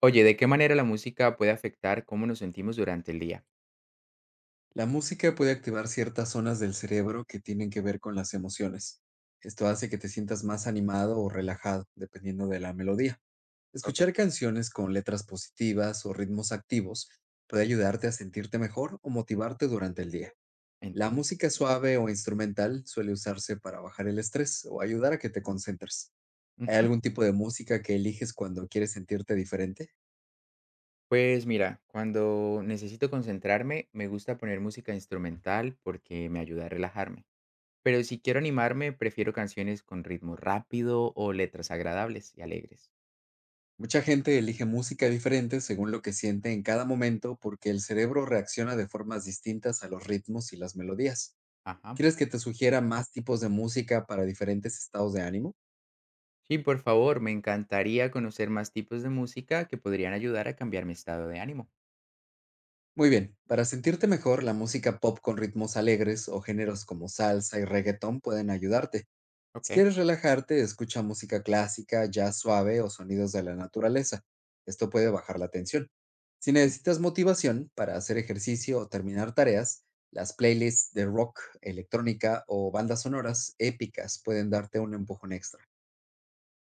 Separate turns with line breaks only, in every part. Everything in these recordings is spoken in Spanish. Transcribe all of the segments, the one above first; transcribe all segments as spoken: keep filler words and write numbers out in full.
Oye, ¿de qué manera la música puede afectar cómo nos sentimos durante el día?
La música puede activar ciertas zonas del cerebro que tienen que ver con las emociones. Esto hace que te sientas más animado o relajado, dependiendo de la melodía.
Ok,
Escuchar canciones con letras positivas o ritmos activos puede ayudarte a sentirte mejor o motivarte durante el día. La
entiendo.
música suave o instrumental suele usarse para bajar el estrés o ayudar a que te concentres. ¿Hay
Ujú.
algún tipo de música que eliges cuando quieres sentirte diferente?
Pues mira, cuando necesito concentrarme, me gusta poner música instrumental porque me ayuda a relajarme. Pero si quiero animarme, prefiero canciones con ritmo rápido o letras agradables y alegres.
Mucha gente elige música diferente según lo que siente en cada momento porque el cerebro reacciona de formas distintas a los ritmos y las melodías.
Ajá.
¿Quieres que te sugiera más tipos de música para diferentes estados de ánimo?
Sí, por favor, me encantaría conocer más tipos de música que podrían ayudar a cambiar mi estado de ánimo.
Muy bien, para sentirte mejor, la música pop con ritmos alegres o géneros como salsa y reggaetón pueden ayudarte. Si
Ok.
quieres relajarte, escucha música clásica, jazz suave o sonidos de la naturaleza. Esto puede bajar la tensión. Si
Bien.
necesitas motivación para hacer ejercicio o terminar tareas, las playlists de rock, electrónica o bandas sonoras épicas pueden darte un empujón extra.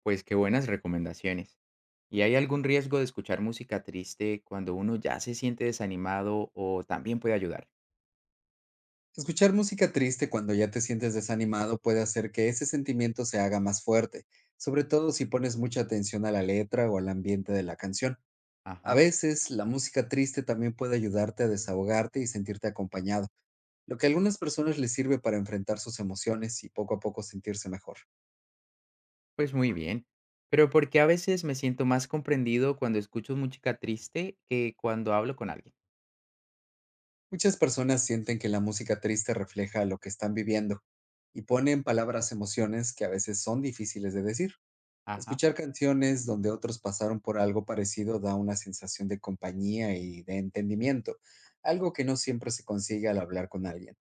Pues qué buenas recomendaciones. ¿Y hay algún riesgo de escuchar música triste cuando uno ya se siente desanimado o también puede ayudar?
Escuchar música triste cuando ya te sientes desanimado puede hacer que ese sentimiento se haga más fuerte, sobre todo si pones mucha atención a la letra o al ambiente de la canción. A
Ajá,
veces, la música triste también puede ayudarte a desahogarte y sentirte acompañado, lo que a algunas personas les sirve para enfrentar sus emociones y poco a poco sentirse mejor.
pues muy bien. Pero porque a veces me siento más comprendido cuando escucho música triste que cuando hablo con alguien.
Muchas personas sienten que la música triste refleja lo que están viviendo y pone en palabras emociones que a veces son difíciles de decir.
Ajá,
Escuchar canciones donde otros pasaron por algo parecido da una sensación de compañía y de entendimiento, algo que no siempre se consigue al hablar con alguien.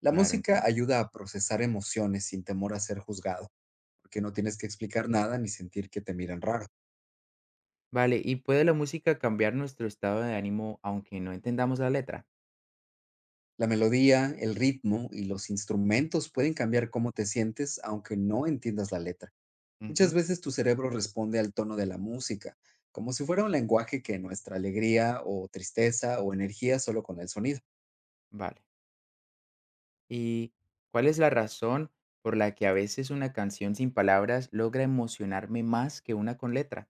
La
claro,
música
entiendo.
ayuda a procesar emociones sin temor a ser juzgado porque no tienes que explicar nada ni sentir que te miran raro.
Vale, ¿y puede la música cambiar nuestro estado de ánimo aunque no entendamos la letra?
La melodía, el ritmo y los instrumentos pueden cambiar cómo te sientes aunque no entiendas la letra. Muchas
Ujú,
veces tu cerebro responde al tono de la música, como si fuera un lenguaje que nuestra alegría o tristeza o energía solo con el sonido.
vale. ¿Y cuál es la razón por la que a veces una canción sin palabras logra emocionarme más que una con letra?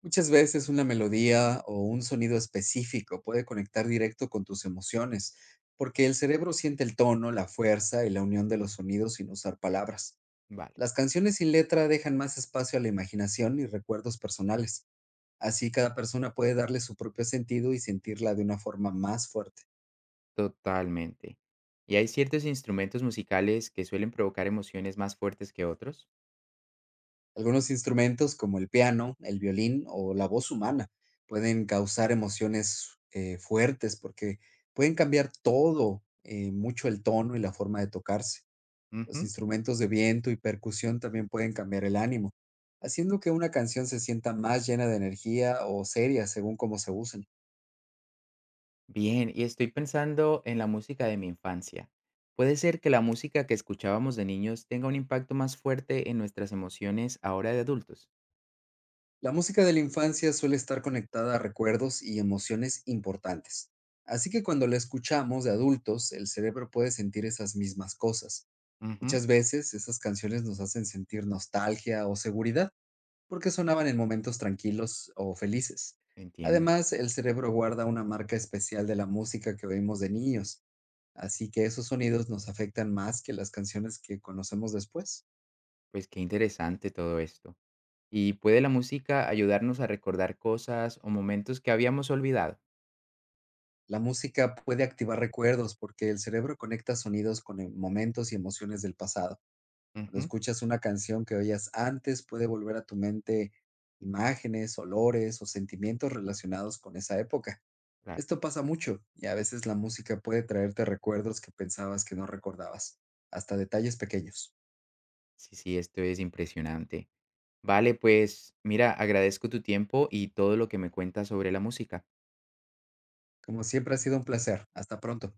Muchas veces una melodía o un sonido específico puede conectar directo con tus emociones, porque el cerebro siente el tono, la fuerza y la unión de los sonidos sin usar palabras.
Vale.
Las canciones sin letra dejan más espacio a la imaginación y recuerdos personales. Así cada persona puede darle su propio sentido y sentirla de una forma más fuerte.
Totalmente. ¿Y hay ciertos instrumentos musicales que suelen provocar emociones más fuertes que otros?
Algunos instrumentos como el piano, el violín o la voz humana pueden causar emociones eh, fuertes porque pueden cambiar todo, eh, mucho el tono y la forma de tocarse. Los
Ujú.
instrumentos de viento y percusión también pueden cambiar el ánimo, haciendo que una canción se sienta más llena de energía o seria según cómo se usen.
Bien, y estoy pensando en la música de mi infancia. ¿Puede ser que la música que escuchábamos de niños tenga un impacto más fuerte en nuestras emociones ahora de adultos?
La música de la infancia suele estar conectada a recuerdos y emociones importantes, así que cuando la escuchamos de adultos, el cerebro puede sentir esas mismas cosas.
Ujú.
Muchas veces esas canciones nos hacen sentir nostalgia o seguridad porque sonaban en momentos tranquilos o felices.
Entiendo.
Además, el cerebro guarda una marca especial de la música que oímos de niños, así que esos sonidos nos afectan más que las canciones que conocemos después.
Pues qué interesante todo esto. ¿Y puede la música ayudarnos a recordar cosas o momentos que habíamos olvidado?
La música puede activar recuerdos porque el cerebro conecta sonidos con em- momentos y emociones del pasado. Cuando
Ujú.
escuchas una canción que oías antes, puede volver a tu mente imágenes, olores o sentimientos relacionados con esa época.
Claro.
Esto pasa mucho y a veces la música puede traerte recuerdos que pensabas que no recordabas, hasta detalles pequeños.
Sí, sí, esto es impresionante. Vale, pues mira, agradezco tu tiempo y todo lo que me cuentas sobre la música.
Como siempre ha sido un placer. Hasta pronto.